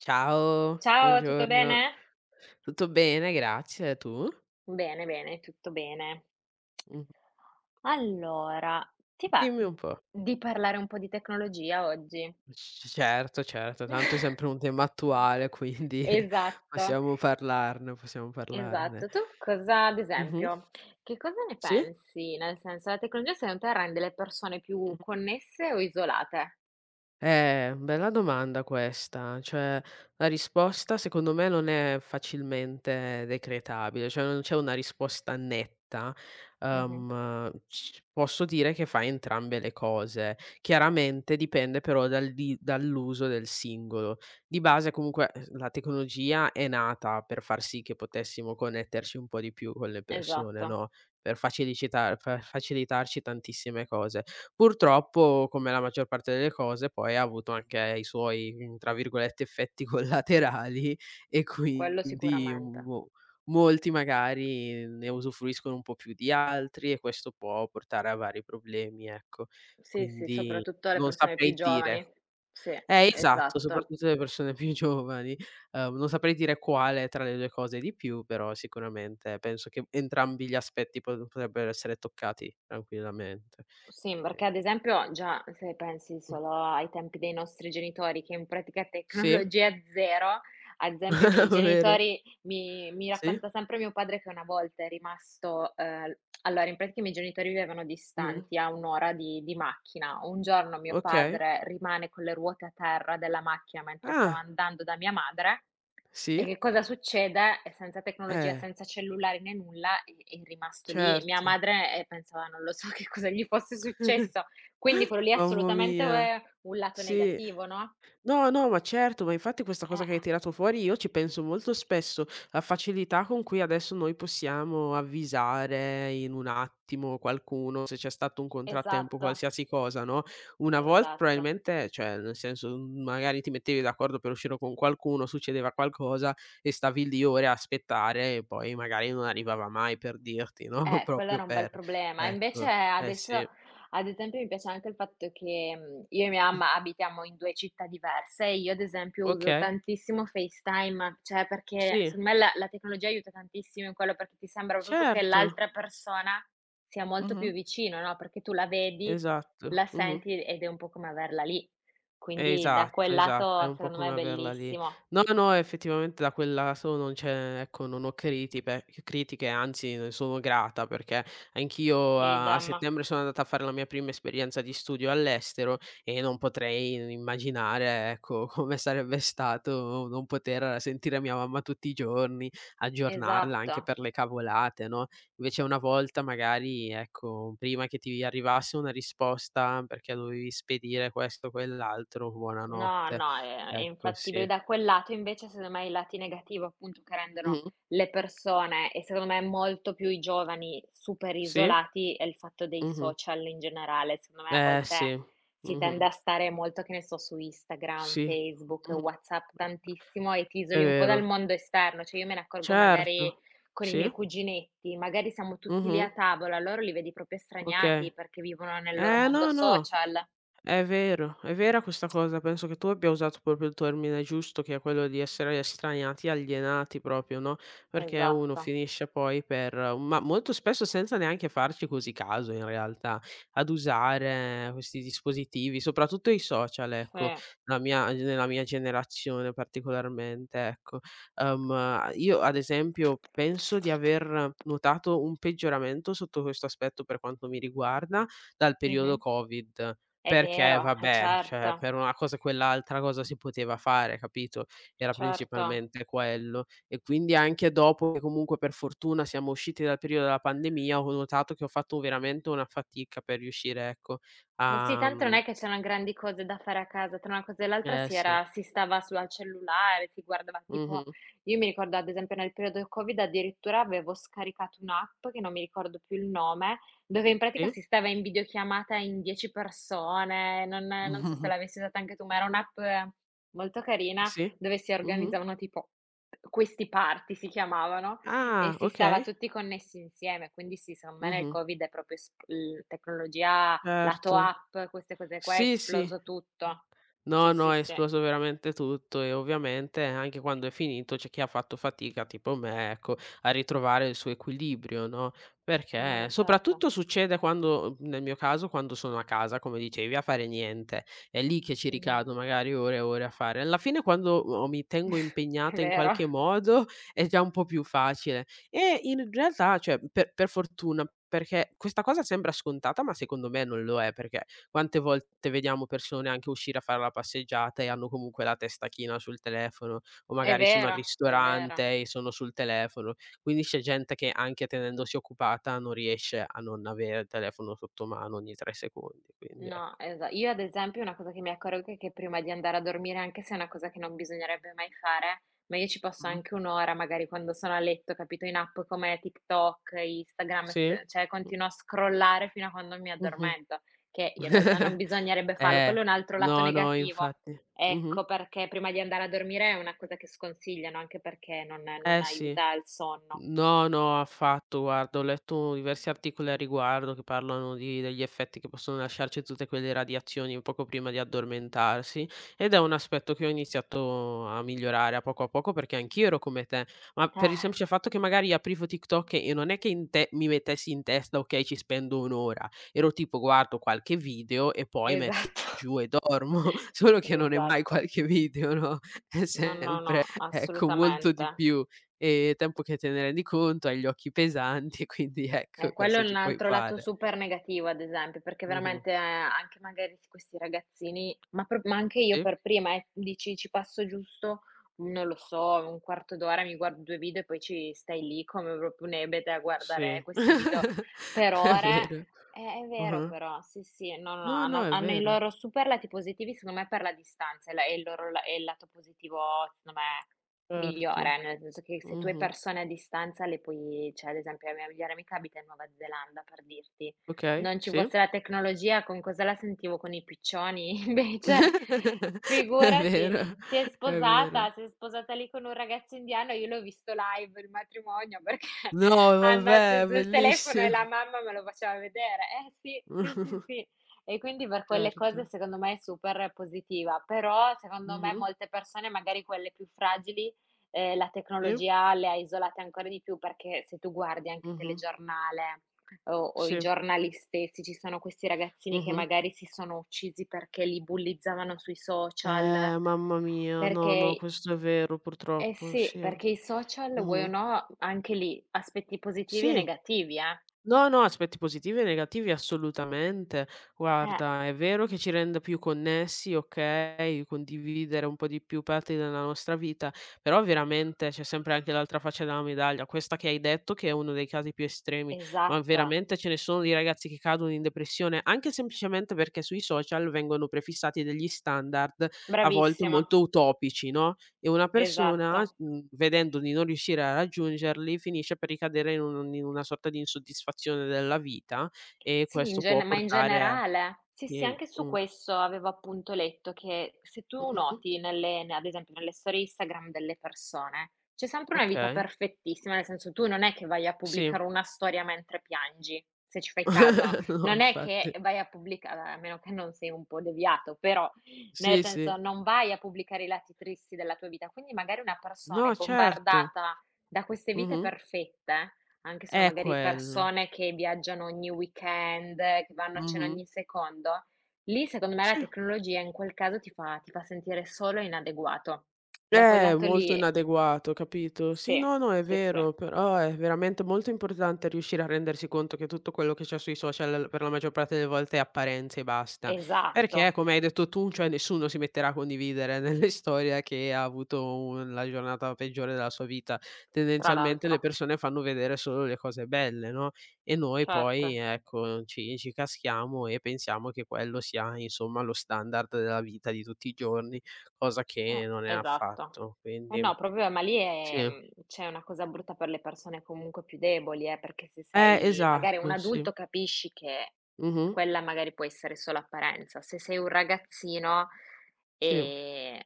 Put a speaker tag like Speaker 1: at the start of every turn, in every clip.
Speaker 1: Ciao,
Speaker 2: Ciao, tutto
Speaker 1: buongiorno.
Speaker 2: bene?
Speaker 1: Tutto bene, grazie. Tu?
Speaker 2: Bene, bene, tutto bene.
Speaker 1: Mh.
Speaker 2: Allora, ti va
Speaker 1: Dimmi un po'.
Speaker 2: di parlare un po' di tecnologia oggi?
Speaker 1: C certo, certo, tanto è sempre un tema
Speaker 2: Mh.
Speaker 1: attuale, quindi
Speaker 2: Esatto,
Speaker 1: possiamo parlarne, possiamo parlarne.
Speaker 2: esatto. Tu cosa ad
Speaker 1: Mh-mh.
Speaker 2: esempio, che cosa ne
Speaker 1: Sì?
Speaker 2: pensi? Nel senso, la tecnologia secondo te rende le persone più
Speaker 1: Mh-mh.
Speaker 2: connesse o isolate?
Speaker 1: Bella domanda questa. Cioè, la risposta secondo me non è facilmente decretabile, cioè non c'è una risposta netta.
Speaker 2: Mh-mh,
Speaker 1: C posso dire che fa entrambe le cose. Chiaramente dipende però dall'uso del singolo. Di base comunque, la tecnologia è nata per far sì che potessimo connetterci un po' di più con le persone,
Speaker 2: esatto,
Speaker 1: no, per facilitarci tantissime cose. Purtroppo, come la maggior parte delle cose, poi ha avuto anche i suoi, tra virgolette, "effetti collaterali", e
Speaker 2: quello
Speaker 1: quindi
Speaker 2: sicuramente.
Speaker 1: mo molti magari ne usufruiscono un po' più di altri e questo può portare a vari problemi, ecco.
Speaker 2: Sì, sì,
Speaker 1: Quindi
Speaker 2: soprattutto le
Speaker 1: non
Speaker 2: persone più
Speaker 1: saprei dire.
Speaker 2: giovani. Sì,
Speaker 1: Esatto,
Speaker 2: esatto.
Speaker 1: soprattutto le persone più giovani. Non saprei dire quale tra le 2 cose di più, però sicuramente penso che entrambi gli aspetti potrebbero essere toccati tranquillamente.
Speaker 2: Sì,
Speaker 1: E
Speaker 2: perché ad esempio già se pensi solo ai tempi dei nostri genitori che in pratica
Speaker 1: Sì,
Speaker 2: tecnologia zero, ad esempio i miei
Speaker 1: vero.
Speaker 2: genitori mi
Speaker 1: Sì,
Speaker 2: racconta sempre mio padre che una volta è rimasto allora in pratica i miei genitori vivevano
Speaker 1: mh-mh.
Speaker 2: distanti a 1 ora di macchina. Un giorno mio
Speaker 1: Okay.
Speaker 2: padre rimane con le ruote a terra della macchina mentre stava
Speaker 1: Ah,
Speaker 2: andando da mia madre e
Speaker 1: sì?
Speaker 2: che cosa succede? E senza tecnologia,
Speaker 1: Eh,
Speaker 2: senza cellulari né nulla, è rimasto lì. Mia
Speaker 1: certo.
Speaker 2: madre, pensava non lo so che cosa gli fosse successo. Quindi quello lì è
Speaker 1: Mamma
Speaker 2: assolutamente,
Speaker 1: mia,
Speaker 2: un lato
Speaker 1: sì.
Speaker 2: negativo, no?
Speaker 1: No, no, ma certo, ma infatti questa cosa che hai
Speaker 2: Eh.
Speaker 1: tirato fuori io ci penso molto spesso, la facilità con cui adesso noi possiamo avvisare in un attimo qualcuno se c'è stato un contrattempo,
Speaker 2: Esatto,
Speaker 1: qualsiasi cosa, no, una volta
Speaker 2: esatto.
Speaker 1: probabilmente cioè, nel senso, magari ti mettevi d'accordo per uscire con qualcuno, succedeva qualcosa e stavi lì ore a aspettare e poi magari non arrivava mai per dirti, no,
Speaker 2: Quello
Speaker 1: proprio
Speaker 2: era un bel
Speaker 1: per
Speaker 2: problema. Invece
Speaker 1: ecco, eh
Speaker 2: adesso
Speaker 1: sì.
Speaker 2: ad esempio mi piace anche il fatto che, io e mia mamma abitiamo in 2 città diverse e io ad esempio uso
Speaker 1: Okay,
Speaker 2: tantissimo FaceTime, cioè perché
Speaker 1: sì,
Speaker 2: secondo me la tecnologia aiuta tantissimo in quello, perché ti sembra proprio che l'altra
Speaker 1: certo.
Speaker 2: persona sia molto
Speaker 1: Mh-mh.
Speaker 2: più vicino, no, perché tu la vedi,
Speaker 1: Esatto,
Speaker 2: la
Speaker 1: mh-mh.
Speaker 2: senti ed è un po' come averla lì. Quindi da
Speaker 1: Esatto,
Speaker 2: quel
Speaker 1: esatto, è
Speaker 2: lato
Speaker 1: un po'
Speaker 2: secondo me
Speaker 1: come
Speaker 2: è
Speaker 1: averla lì.
Speaker 2: bellissimo.
Speaker 1: No, no, effettivamente da quel lato non c'è ecco, non ho critipe critiche, anzi ne sono grata perché anch'io a
Speaker 2: Idem,
Speaker 1: settembre sono andata a fare la mia prima esperienza di studio all'estero e non potrei immaginare, ecco, come sarebbe stato non poter sentire mia mamma tutti i giorni, aggiornarla
Speaker 2: esatto.
Speaker 1: anche per le cavolate, no? Invece una volta magari, ecco, prima che ti arrivasse una risposta perché dovevi spedire questo, quell'altro,
Speaker 2: No,
Speaker 1: buonanotte.
Speaker 2: no, è
Speaker 1: Ecco,
Speaker 2: infattibile.
Speaker 1: sì.
Speaker 2: Da quel lato invece, secondo me, i lati negativi appunto che rendono
Speaker 1: Mh-mh.
Speaker 2: le persone e secondo me molto più i giovani super
Speaker 1: Sì?
Speaker 2: isolati è il fatto dei
Speaker 1: Mh-mh.
Speaker 2: social in generale. Secondo me a
Speaker 1: Eh
Speaker 2: volte
Speaker 1: sì.
Speaker 2: si tende
Speaker 1: Mh-mh.
Speaker 2: a stare molto, che ne so, su Instagram,
Speaker 1: Sì.
Speaker 2: Facebook,
Speaker 1: Mh-mh.
Speaker 2: WhatsApp tantissimo e ti
Speaker 1: È
Speaker 2: isoli un po' dal
Speaker 1: vero.
Speaker 2: mondo esterno. Cioè io me ne accorgo magari
Speaker 1: Certo.
Speaker 2: con i
Speaker 1: Sì.
Speaker 2: miei cuginetti, magari siamo tutti lì
Speaker 1: Mh-mh.
Speaker 2: a tavola, loro li vedi proprio
Speaker 1: Okay.
Speaker 2: straniati perché vivono nel loro
Speaker 1: Eh
Speaker 2: mondo
Speaker 1: no, no.
Speaker 2: social.
Speaker 1: È vero, è vera questa cosa. Penso che tu abbia usato proprio il termine giusto, che è quello di essere estraniati, alienati proprio, no, perché uno
Speaker 2: Esatto,
Speaker 1: finisce poi per ma molto spesso senza neanche farci così caso in realtà, ad usare questi dispositivi, soprattutto i social, ecco,
Speaker 2: sì.
Speaker 1: la mia nella mia generazione particolarmente, ecco. Io ad esempio penso di aver notato un peggioramento sotto questo aspetto per quanto mi riguarda, dal periodo
Speaker 2: Mh-mh.
Speaker 1: Covid.
Speaker 2: È
Speaker 1: Perché
Speaker 2: vero, eh
Speaker 1: vabbè, cioè
Speaker 2: certo,
Speaker 1: per una cosa quell'altra cosa si poteva fare, capito, era
Speaker 2: certo.
Speaker 1: principalmente quello. E quindi anche dopo che comunque per fortuna siamo usciti dal periodo della pandemia, ho notato che ho fatto veramente una fatica per riuscire, ecco,
Speaker 2: Eh sì,
Speaker 1: a
Speaker 2: tanto non è che c'erano grandi cose da fare a casa, tra una cosa e l'altra
Speaker 1: eh sì.
Speaker 2: si stava su al cellulare, si guardava tipo
Speaker 1: Mh-mh.
Speaker 2: io mi ricordo ad esempio nel periodo del Covid addirittura avevo scaricato un'app, che non mi ricordo più il nome, dove in pratica
Speaker 1: Sì.
Speaker 2: si stava in videochiamata in 10 persone, non so se l'avessi usata anche tu, ma era un'app molto carina
Speaker 1: Sì.
Speaker 2: dove si
Speaker 1: Mh-mh.
Speaker 2: organizzavano tipo questi party si chiamavano e
Speaker 1: Ah,
Speaker 2: si stava
Speaker 1: okay.
Speaker 2: tutti connessi insieme, quindi sì, secondo me nel
Speaker 1: Mh-mh.
Speaker 2: Covid è proprio sp l tecnologia. Lato
Speaker 1: Certo.
Speaker 2: app, queste cose qua, è
Speaker 1: Sì, sì.
Speaker 2: esploso tutto.
Speaker 1: No,
Speaker 2: Sì,
Speaker 1: no,
Speaker 2: sì,
Speaker 1: è
Speaker 2: sì.
Speaker 1: esploso veramente tutto e ovviamente anche quando è finito c'è chi ha fatto fatica, tipo me, ecco, a ritrovare il suo equilibrio, no,
Speaker 2: No, no,
Speaker 1: perché
Speaker 2: certo.
Speaker 1: soprattutto succede quando nel mio caso, quando sono a casa, come dicevi, a fare niente. È lì che ci
Speaker 2: Mh-mh.
Speaker 1: ricado magari ore e ore a fare. Alla fine quando o mi tengo
Speaker 2: È
Speaker 1: impegnata in
Speaker 2: vero,
Speaker 1: qualche modo è già un po' più facile e in realtà, cioè, per fortuna, perché questa cosa sembra scontata, ma secondo me non lo è, perché quante volte vediamo persone anche uscire a fare la passeggiata e hanno comunque la testa china sul telefono, o
Speaker 2: è
Speaker 1: magari sono al
Speaker 2: vero, è vero.
Speaker 1: ristorante e sono sul telefono. Quindi c'è gente che anche tenendosi occupata non riesce a non avere il telefono sotto mano ogni 3 secondi, quindi
Speaker 2: No,
Speaker 1: ecco.
Speaker 2: esa io ad esempio una cosa che mi accorgo è che prima di andare a dormire, anche se è una cosa che non bisognerebbe mai fare, ma io ci passo
Speaker 1: Mh.
Speaker 2: anche 1 ora magari quando sono a letto, capito, in app come TikTok, Instagram,
Speaker 1: Sì.
Speaker 2: st cioè
Speaker 1: Mh.
Speaker 2: continuo a scrollare fino a quando mi
Speaker 1: Mh-mh.
Speaker 2: addormento, che in realtà non bisognerebbe farlo,
Speaker 1: Eh.
Speaker 2: quello è un altro lato
Speaker 1: No, no
Speaker 2: negativo.
Speaker 1: infatti. Mh-mh.
Speaker 2: Ecco perché prima di andare a dormire è una cosa che sconsigliano, anche perché non
Speaker 1: Eh sì.
Speaker 2: aiuta il sonno.
Speaker 1: No, no, affatto. Guarda, ho letto diversi articoli a riguardo che parlano di degli effetti che possono lasciarci tutte quelle radiazioni poco prima di addormentarsi, ed è un aspetto che ho iniziato a migliorare a poco perché anch'io ero come te, ma per il
Speaker 2: Eh,
Speaker 1: semplice fatto che magari aprivo TikTok e non è che in te mi mettessi in testa: "Okay, ci spendo 1 ora". Ero tipo: "Guardo qualche video e poi metto
Speaker 2: esatto.
Speaker 1: giù e dormo". Solo che non è mai
Speaker 2: Esatto.
Speaker 1: qualche video, no, è
Speaker 2: No, no, no,
Speaker 1: sempre, ecco, molto
Speaker 2: assolutamente.
Speaker 1: di più. Tempo che te ne rendi conto, hai gli occhi pesanti, quindi ecco
Speaker 2: Quello
Speaker 1: cosa
Speaker 2: è un
Speaker 1: ci puoi
Speaker 2: altro lato
Speaker 1: fare.
Speaker 2: super negativo, ad esempio, perché
Speaker 1: Mh-mh.
Speaker 2: veramente, anche magari s questi ragazzini ma anche io
Speaker 1: Sì,
Speaker 2: per prima, dici ci passo giusto, non lo so, un quarto d'ora, mi guardo 2 video e poi ci stai lì come proprio un ebete a guardare
Speaker 1: sì.
Speaker 2: questi video per
Speaker 1: È
Speaker 2: ore.
Speaker 1: vero.
Speaker 2: È vero
Speaker 1: Ah-ah.
Speaker 2: però, sì, sì, no, no,
Speaker 1: No, no,
Speaker 2: hanno
Speaker 1: è
Speaker 2: hanno i
Speaker 1: vero.
Speaker 2: loro super lati positivi, secondo me per la distanza, è la è il loro la è il lato positivo, secondo me
Speaker 1: Certo.
Speaker 2: migliore, nel senso che se tu hai
Speaker 1: Mh-mh.
Speaker 2: persone a distanza le puoi cioè ad esempio la mia migliore amica abita in Nuova Zelanda, per dirti.
Speaker 1: Okay,
Speaker 2: Non ci
Speaker 1: sì.
Speaker 2: fosse la tecnologia con cosa la sentivo? Con i piccioni, invece
Speaker 1: È
Speaker 2: figurati,
Speaker 1: vero,
Speaker 2: si è
Speaker 1: è vero.
Speaker 2: sposata si è sposata lì con un ragazzo indiano, io l'ho visto live il matrimonio perché
Speaker 1: No,
Speaker 2: hanno
Speaker 1: vabbè, è
Speaker 2: acceso il telefono e la
Speaker 1: bellissimo.
Speaker 2: mamma me lo faceva vedere. Eh sì, sì, sì, sì. E quindi per quelle
Speaker 1: Certo.
Speaker 2: cose secondo me è super positiva, però secondo me
Speaker 1: Mh-mh.
Speaker 2: molte persone, magari quelle più fragili la
Speaker 1: Sì.
Speaker 2: tecnologia le ha isolate ancora di più, perché se tu guardi anche
Speaker 1: Mh-mh.
Speaker 2: telegiornale o i
Speaker 1: Sì.
Speaker 2: giornali stessi, ci sono questi ragazzini che
Speaker 1: Mh-mh.
Speaker 2: magari si sono uccisi perché li bullizzavano sui social,
Speaker 1: Mamma mia, no, no,
Speaker 2: perché
Speaker 1: questo è vero
Speaker 2: eh
Speaker 1: purtroppo,
Speaker 2: sì,
Speaker 1: sì.
Speaker 2: perché i social vuoi o
Speaker 1: Mh-mh.
Speaker 2: no, anche lì, aspetti positivi e
Speaker 1: Sì.
Speaker 2: negativi, eh.
Speaker 1: No, no, aspetti positivi e negativi assolutamente.
Speaker 2: Eh,
Speaker 1: Guarda, è vero che ci rende più connessi, okay, condividere un po' di più parti della nostra vita, però veramente c'è sempre anche l'altra faccia della medaglia. Questa che hai detto che è uno dei casi più estremi, ma
Speaker 2: esatto,
Speaker 1: veramente ce ne sono di ragazzi che cadono in depressione, anche semplicemente perché sui social vengono prefissati degli standard a volte
Speaker 2: bravissima,
Speaker 1: molto utopici, no? E una persona,
Speaker 2: esatto.
Speaker 1: vedendo di non riuscire a raggiungerli, finisce per ricadere in un in una sorta di insoddisfazione della vita e
Speaker 2: Sì, in
Speaker 1: questo può
Speaker 2: gene ma in
Speaker 1: portare a
Speaker 2: generale. Sì, sì,
Speaker 1: sì,
Speaker 2: anche su
Speaker 1: mh.
Speaker 2: questo avevo appunto letto che se tu
Speaker 1: Mh-mh.
Speaker 2: noti nelle ne ad esempio nelle storie Instagram delle persone, c'è sempre una vita
Speaker 1: Okay,
Speaker 2: perfettissima, nel senso tu non è che vai a
Speaker 1: sì.
Speaker 2: pubblicare una storia mentre piangi, se ci fai caso.
Speaker 1: No,
Speaker 2: Non è che
Speaker 1: infatti.
Speaker 2: vai a meno che non sei un po' deviato, però nel
Speaker 1: Sì, sì.
Speaker 2: senso non vai a pubblicare i lati tristi della tua vita. Quindi magari una persona è
Speaker 1: No, certo.
Speaker 2: bombardata da queste vite
Speaker 1: Mh-mh.
Speaker 2: perfette anche sono
Speaker 1: È
Speaker 2: magari
Speaker 1: quello.
Speaker 2: persone che viaggiano ogni weekend, che vanno a cena
Speaker 1: Mh-mh.
Speaker 2: ogni secondo, lì secondo me la
Speaker 1: Sì.
Speaker 2: tecnologia in quel caso ti fa sentire solo inadeguato. Da quel lato
Speaker 1: Molto
Speaker 2: lì
Speaker 1: inadeguato, capito? Sì,
Speaker 2: sì,
Speaker 1: no, no, è
Speaker 2: sì, sì,
Speaker 1: vero, però è veramente molto importante riuscire a rendersi conto che tutto quello che c'è sui social per la maggior parte delle volte è apparenza e basta.
Speaker 2: esatto,
Speaker 1: Perché, come hai detto tu, cioè nessuno si metterà a condividere nelle storie che ha avuto un la giornata peggiore della sua vita.
Speaker 2: tra
Speaker 1: Tendenzialmente le
Speaker 2: l'altro,
Speaker 1: persone fanno vedere solo le cose belle, no, e noi poi,
Speaker 2: certo.
Speaker 1: ecco, ci caschiamo e pensiamo che quello sia, insomma, lo standard della vita di tutti i giorni, cosa che non è
Speaker 2: Eh, esatto.
Speaker 1: affatto,
Speaker 2: Eh
Speaker 1: quindi
Speaker 2: no, proprio ma lì è
Speaker 1: sì.
Speaker 2: c'è una cosa brutta per le persone comunque più deboli, perché se sei magari un
Speaker 1: Esatto, sì.
Speaker 2: adulto capisci che
Speaker 1: Mh-mh.
Speaker 2: quella magari può essere solo apparenza. Se sei un ragazzino,
Speaker 1: Sì.
Speaker 2: ehm,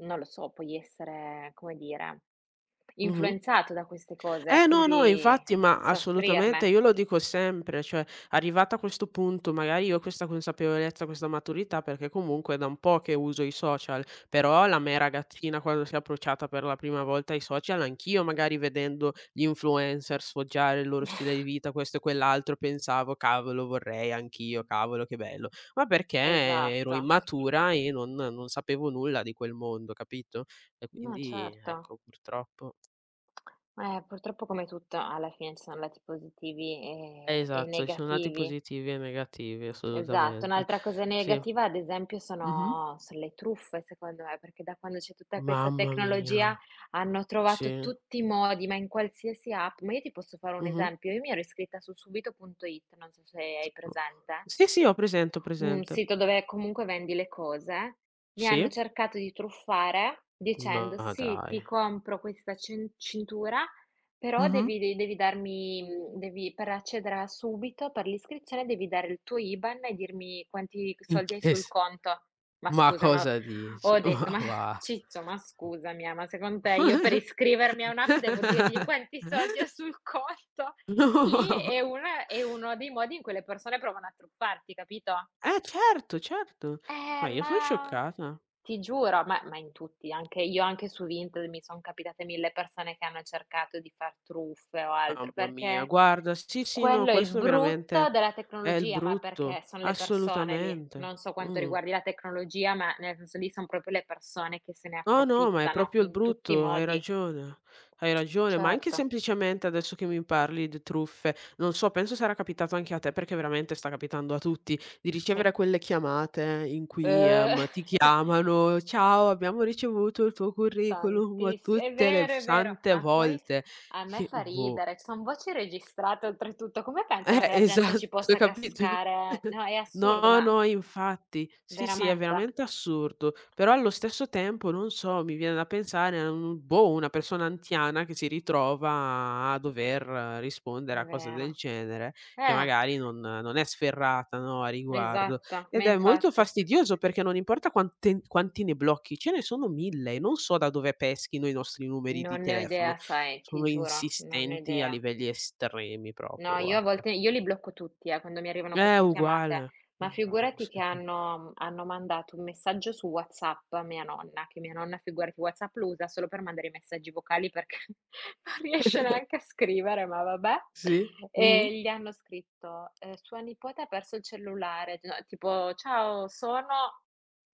Speaker 2: non lo so, puoi essere, come dire,
Speaker 1: Mh-mh.
Speaker 2: influenzato da queste cose,
Speaker 1: Eh no, no,
Speaker 2: quindi
Speaker 1: infatti, ma assolutamente,
Speaker 2: soffrirne.
Speaker 1: io lo dico sempre, cioè arrivata a questo punto, magari io ho questa consapevolezza, questa maturità, perché comunque è da un po' che uso i social, però la me ragazzina quando si è approcciata per la prima volta ai social, anch'io magari vedendo gli influencer sfoggiare il loro stile di vita, questo e quell'altro, pensavo: "Cavolo vorrei anch'io, cavolo che bello". Ma perché ero
Speaker 2: Esatto.
Speaker 1: immatura e non sapevo nulla di quel mondo, capito? E
Speaker 2: No,
Speaker 1: quindi
Speaker 2: certo.
Speaker 1: ecco, purtroppo.
Speaker 2: Purtroppo come tutto alla fine ci sono lati positivi e
Speaker 1: Esatto, ci sono lati
Speaker 2: negativi.
Speaker 1: positivi e negativi,
Speaker 2: Esatto.
Speaker 1: assolutamente.
Speaker 2: Un'altra cosa
Speaker 1: Sì.
Speaker 2: negativa ad esempio
Speaker 1: Mh-mh.
Speaker 2: sono le truffe secondo me, perché da quando c'è tutta questa
Speaker 1: Mamma mia,
Speaker 2: tecnologia hanno
Speaker 1: sì.
Speaker 2: trovato tutti i modi, ma in qualsiasi app ma io ti posso fare un
Speaker 1: Mh-mh.
Speaker 2: esempio, io mi ero iscritta su Subito.it, non so se
Speaker 1: S
Speaker 2: hai
Speaker 1: o
Speaker 2: presente
Speaker 1: sì, sì, ho presente, ho
Speaker 2: un
Speaker 1: presente.
Speaker 2: sito dove comunque vendi le cose, mi hanno
Speaker 1: Sì?
Speaker 2: cercato di truffare dicendo:
Speaker 1: Ma
Speaker 2: "Sì, ti
Speaker 1: dai.
Speaker 2: compro questa cintura, però
Speaker 1: Mh-mh.
Speaker 2: devi darmi devi per accederla subito, per l'iscrizione, devi dare il tuo IBAN e dirmi quanti
Speaker 1: In
Speaker 2: soldi hai
Speaker 1: che s
Speaker 2: sul conto." Ma
Speaker 1: ma
Speaker 2: scusa, ma
Speaker 1: cosa dici?
Speaker 2: ho detto:
Speaker 1: Ma
Speaker 2: "Ma
Speaker 1: va.
Speaker 2: Ciccio, ma scusa mia, ma secondo te io per iscrivermi a un'app devo dirgli quanti soldi ho sul conto?" Lì
Speaker 1: No.
Speaker 2: è uno dei modi in cui le persone provano a truffarti, capito?
Speaker 1: Eh certo, certo. Ma io son
Speaker 2: Ma
Speaker 1: scioccata.
Speaker 2: ti giuro, ma in tutti, anche io anche su Vinted mi son capitate 1000 persone che hanno cercato di far truffe o altro,
Speaker 1: Mamma mia,
Speaker 2: perché
Speaker 1: guarda, sì, sì, no,
Speaker 2: quello è il
Speaker 1: questo veramente
Speaker 2: brutto della
Speaker 1: è il
Speaker 2: tecnologia, ma
Speaker 1: brutto,
Speaker 2: perché son le persone lì.
Speaker 1: assolutamente.
Speaker 2: Non so quanto
Speaker 1: Mh.
Speaker 2: riguardi la tecnologia, ma nel senso lì son proprio le persone che se ne
Speaker 1: No, no, ma è
Speaker 2: approfittano
Speaker 1: proprio il
Speaker 2: in tutti i
Speaker 1: brutto,
Speaker 2: modi.
Speaker 1: hai ragione, ma anche
Speaker 2: Certo,
Speaker 1: semplicemente adesso che mi parli di truffe, non so, penso sarà capitato anche a te, perché veramente sta capitando a tutti, di
Speaker 2: sì.
Speaker 1: ricevere quelle chiamate in cui,
Speaker 2: Uhm.
Speaker 1: ti chiamano: "Ciao, abbiamo ricevuto il tuo curriculum",
Speaker 2: Tantiss è
Speaker 1: tutte le
Speaker 2: vero,
Speaker 1: f
Speaker 2: è vero.
Speaker 1: sante
Speaker 2: Ma poi
Speaker 1: volte,
Speaker 2: a me
Speaker 1: che
Speaker 2: fa
Speaker 1: boh.
Speaker 2: ridere, son voci registrate oltretutto, come pensano che la gente ci
Speaker 1: Esatto,
Speaker 2: possa
Speaker 1: capito?
Speaker 2: cascare? No, è assurdo,
Speaker 1: No,
Speaker 2: ma
Speaker 1: no, infatti. Sì, sì, è
Speaker 2: veramente,
Speaker 1: veramente assurdo, però allo stesso tempo, non so, mi viene da pensare a un boh, una persona anziana che si ritrova a dover rispondere
Speaker 2: è
Speaker 1: a cose del
Speaker 2: vero.
Speaker 1: genere, che
Speaker 2: Eh,
Speaker 1: magari non è sferrata, no, a riguardo.
Speaker 2: esatto, ma
Speaker 1: Ed è molto
Speaker 2: infatti.
Speaker 1: fastidioso perché non importa quante quanti ne blocchi, ce ne sono 1000. Non so da dove peschino i nostri numeri di
Speaker 2: Non ne ho
Speaker 1: telefono.
Speaker 2: idea, sai, ti
Speaker 1: Sono
Speaker 2: giuro, non ne ho
Speaker 1: insistenti a
Speaker 2: idea.
Speaker 1: livelli estremi proprio,
Speaker 2: No, io a
Speaker 1: guarda.
Speaker 2: volte io li blocco tutti, quando mi arrivano queste chiamate,
Speaker 1: Uguale,
Speaker 2: ma
Speaker 1: uguale,
Speaker 2: figurati
Speaker 1: sì,
Speaker 2: che
Speaker 1: sì.
Speaker 2: hanno mandato un messaggio su WhatsApp a mia nonna, che mia nonna figurati WhatsApp lo usa solo per mandare i messaggi vocali perché non riesce neanche a scrivere, ma vabbè.
Speaker 1: Sì? Mh-mh.
Speaker 2: E gli hanno scritto, "Sua nipote ha perso il cellulare", no tipo: "Ciao, sono".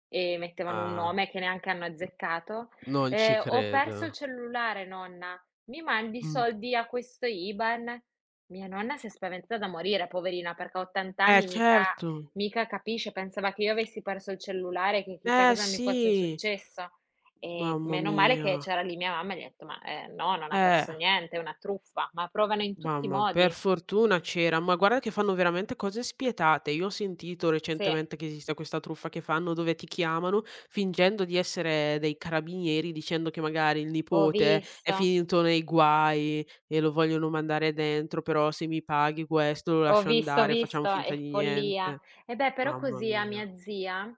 Speaker 2: E mettevano un
Speaker 1: Ah,
Speaker 2: nome che neanche hanno azzeccato.
Speaker 1: non ci
Speaker 2: "Ho perso il
Speaker 1: credo.
Speaker 2: cellulare nonna, mi mandi i
Speaker 1: Mh.
Speaker 2: soldi a questo IBAN?" Mia nonna si è spaventata da morire, poverina, perché a 80
Speaker 1: Eh
Speaker 2: anni mica
Speaker 1: certo.
Speaker 2: mica capisce, pensava che io avessi perso il cellulare, che chissà
Speaker 1: Eh
Speaker 2: cosa mi fosse
Speaker 1: sì,
Speaker 2: successo. E
Speaker 1: mamma
Speaker 2: meno male
Speaker 1: mia.
Speaker 2: che c'era lì mia mamma e gli ho detto: "Ma, no, non ha
Speaker 1: Eh.
Speaker 2: perso niente, è una truffa." Ma provano in tutti i
Speaker 1: Mamma, per
Speaker 2: modi.
Speaker 1: fortuna c'era, ma guarda che fanno veramente cose spietate. Io ho sentito
Speaker 2: Sì,
Speaker 1: recentemente che esiste questa truffa che fanno dove ti chiamano fingendo di essere dei carabinieri, dicendo che magari il
Speaker 2: ho
Speaker 1: nipote è
Speaker 2: visto.
Speaker 1: finito nei guai e lo vogliono mandare dentro, però se mi paghi questo lo
Speaker 2: Ho
Speaker 1: lascio
Speaker 2: visto, ho
Speaker 1: andare, facciamo
Speaker 2: visto,
Speaker 1: finta
Speaker 2: è
Speaker 1: di
Speaker 2: follia.
Speaker 1: niente.
Speaker 2: E beh, però
Speaker 1: Mamma
Speaker 2: così a
Speaker 1: mia.
Speaker 2: mia zia,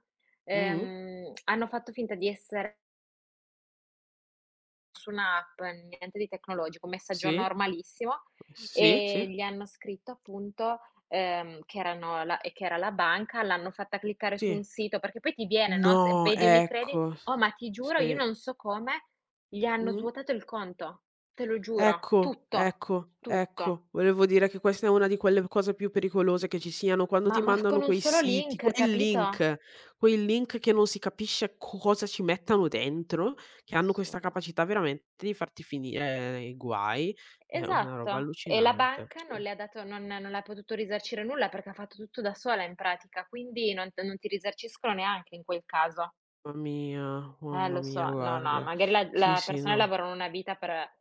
Speaker 1: Mh-mh.
Speaker 2: hanno fatto finta di essere su un'app, niente di tecnologico, messa a giorno
Speaker 1: Sì,
Speaker 2: normalissimo
Speaker 1: sì, sì,
Speaker 2: e gli hanno scritto appunto, che erano la e che era la banca, l'hanno fatta cliccare su
Speaker 1: sì.
Speaker 2: un sito, perché poi ti viene, no, se
Speaker 1: No,
Speaker 2: vedi Unicredit
Speaker 1: ecco.
Speaker 2: oh, ma ti giuro io
Speaker 1: Sì.
Speaker 2: non so come, gli hanno
Speaker 1: Mh.
Speaker 2: svuotato il conto, te lo giuro,
Speaker 1: Ecco,
Speaker 2: tutto,
Speaker 1: ecco,
Speaker 2: tutto.
Speaker 1: ecco. Volevo dire che questa è una di quelle cose più pericolose che ci siano, quando
Speaker 2: Ma
Speaker 1: ti
Speaker 2: ma
Speaker 1: mandano
Speaker 2: con un
Speaker 1: quei
Speaker 2: solo
Speaker 1: siti,
Speaker 2: link, capito?
Speaker 1: quei link che non si capisce cosa ci mettano dentro, che hanno questa
Speaker 2: Assurdo.
Speaker 1: capacità veramente di farti finire nei guai, è una roba
Speaker 2: Esatto. E la
Speaker 1: allucinante,
Speaker 2: banca
Speaker 1: sì.
Speaker 2: non le ha potuto risarcire nulla perché ha fatto tutto da sola in pratica, quindi non ti risarciscono neanche in quel caso.
Speaker 1: Mamma
Speaker 2: Lo
Speaker 1: mia,
Speaker 2: so. No, no,
Speaker 1: guarda.
Speaker 2: magari la
Speaker 1: Sì,
Speaker 2: la
Speaker 1: sì,
Speaker 2: persone
Speaker 1: no.
Speaker 2: lavorano una vita per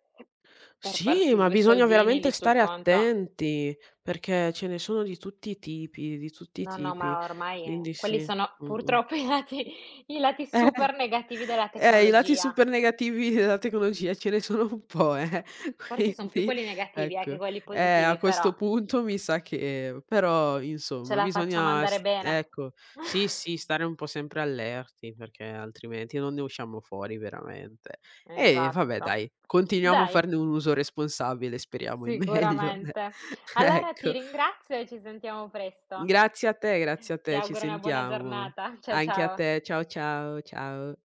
Speaker 2: per
Speaker 1: Sì,
Speaker 2: farsi
Speaker 1: ma
Speaker 2: 2
Speaker 1: bisogna
Speaker 2: soldini
Speaker 1: veramente
Speaker 2: lì sul
Speaker 1: stare
Speaker 2: conto.
Speaker 1: attenti, perché ce ne sono di tutti i tipi, di tutti i
Speaker 2: No, no,
Speaker 1: tipi,
Speaker 2: ma ormai
Speaker 1: quindi
Speaker 2: quelli
Speaker 1: sì.
Speaker 2: sono
Speaker 1: Mh-mh.
Speaker 2: purtroppo i lati
Speaker 1: Eh,
Speaker 2: super negativi della
Speaker 1: i lati
Speaker 2: tecnologia.
Speaker 1: super negativi della tecnologia ce ne sono un po',
Speaker 2: Forse son più
Speaker 1: quindi
Speaker 2: quelli negativi, che
Speaker 1: ecco,
Speaker 2: quelli
Speaker 1: a
Speaker 2: positivi, però
Speaker 1: questo punto mi sa che però
Speaker 2: ce
Speaker 1: insomma
Speaker 2: la facciamo
Speaker 1: bisogna
Speaker 2: andare
Speaker 1: s
Speaker 2: bene.
Speaker 1: ecco, sì, sì, stare un po' sempre allerti perché altrimenti non ne usciamo fuori veramente. E vabbè
Speaker 2: Esatto.
Speaker 1: dai, continuiamo a
Speaker 2: Dai,
Speaker 1: farne un uso responsabile, speriamo in meglio.
Speaker 2: sicuramente. Allora ti
Speaker 1: Ecco,
Speaker 2: ringrazio e ci sentiamo presto.
Speaker 1: grazie a
Speaker 2: Ti
Speaker 1: te, ci
Speaker 2: auguro una buona
Speaker 1: sentiamo.
Speaker 2: giornata. Cia
Speaker 1: Anche a
Speaker 2: ciao.
Speaker 1: te, ciao, ciao, ciao.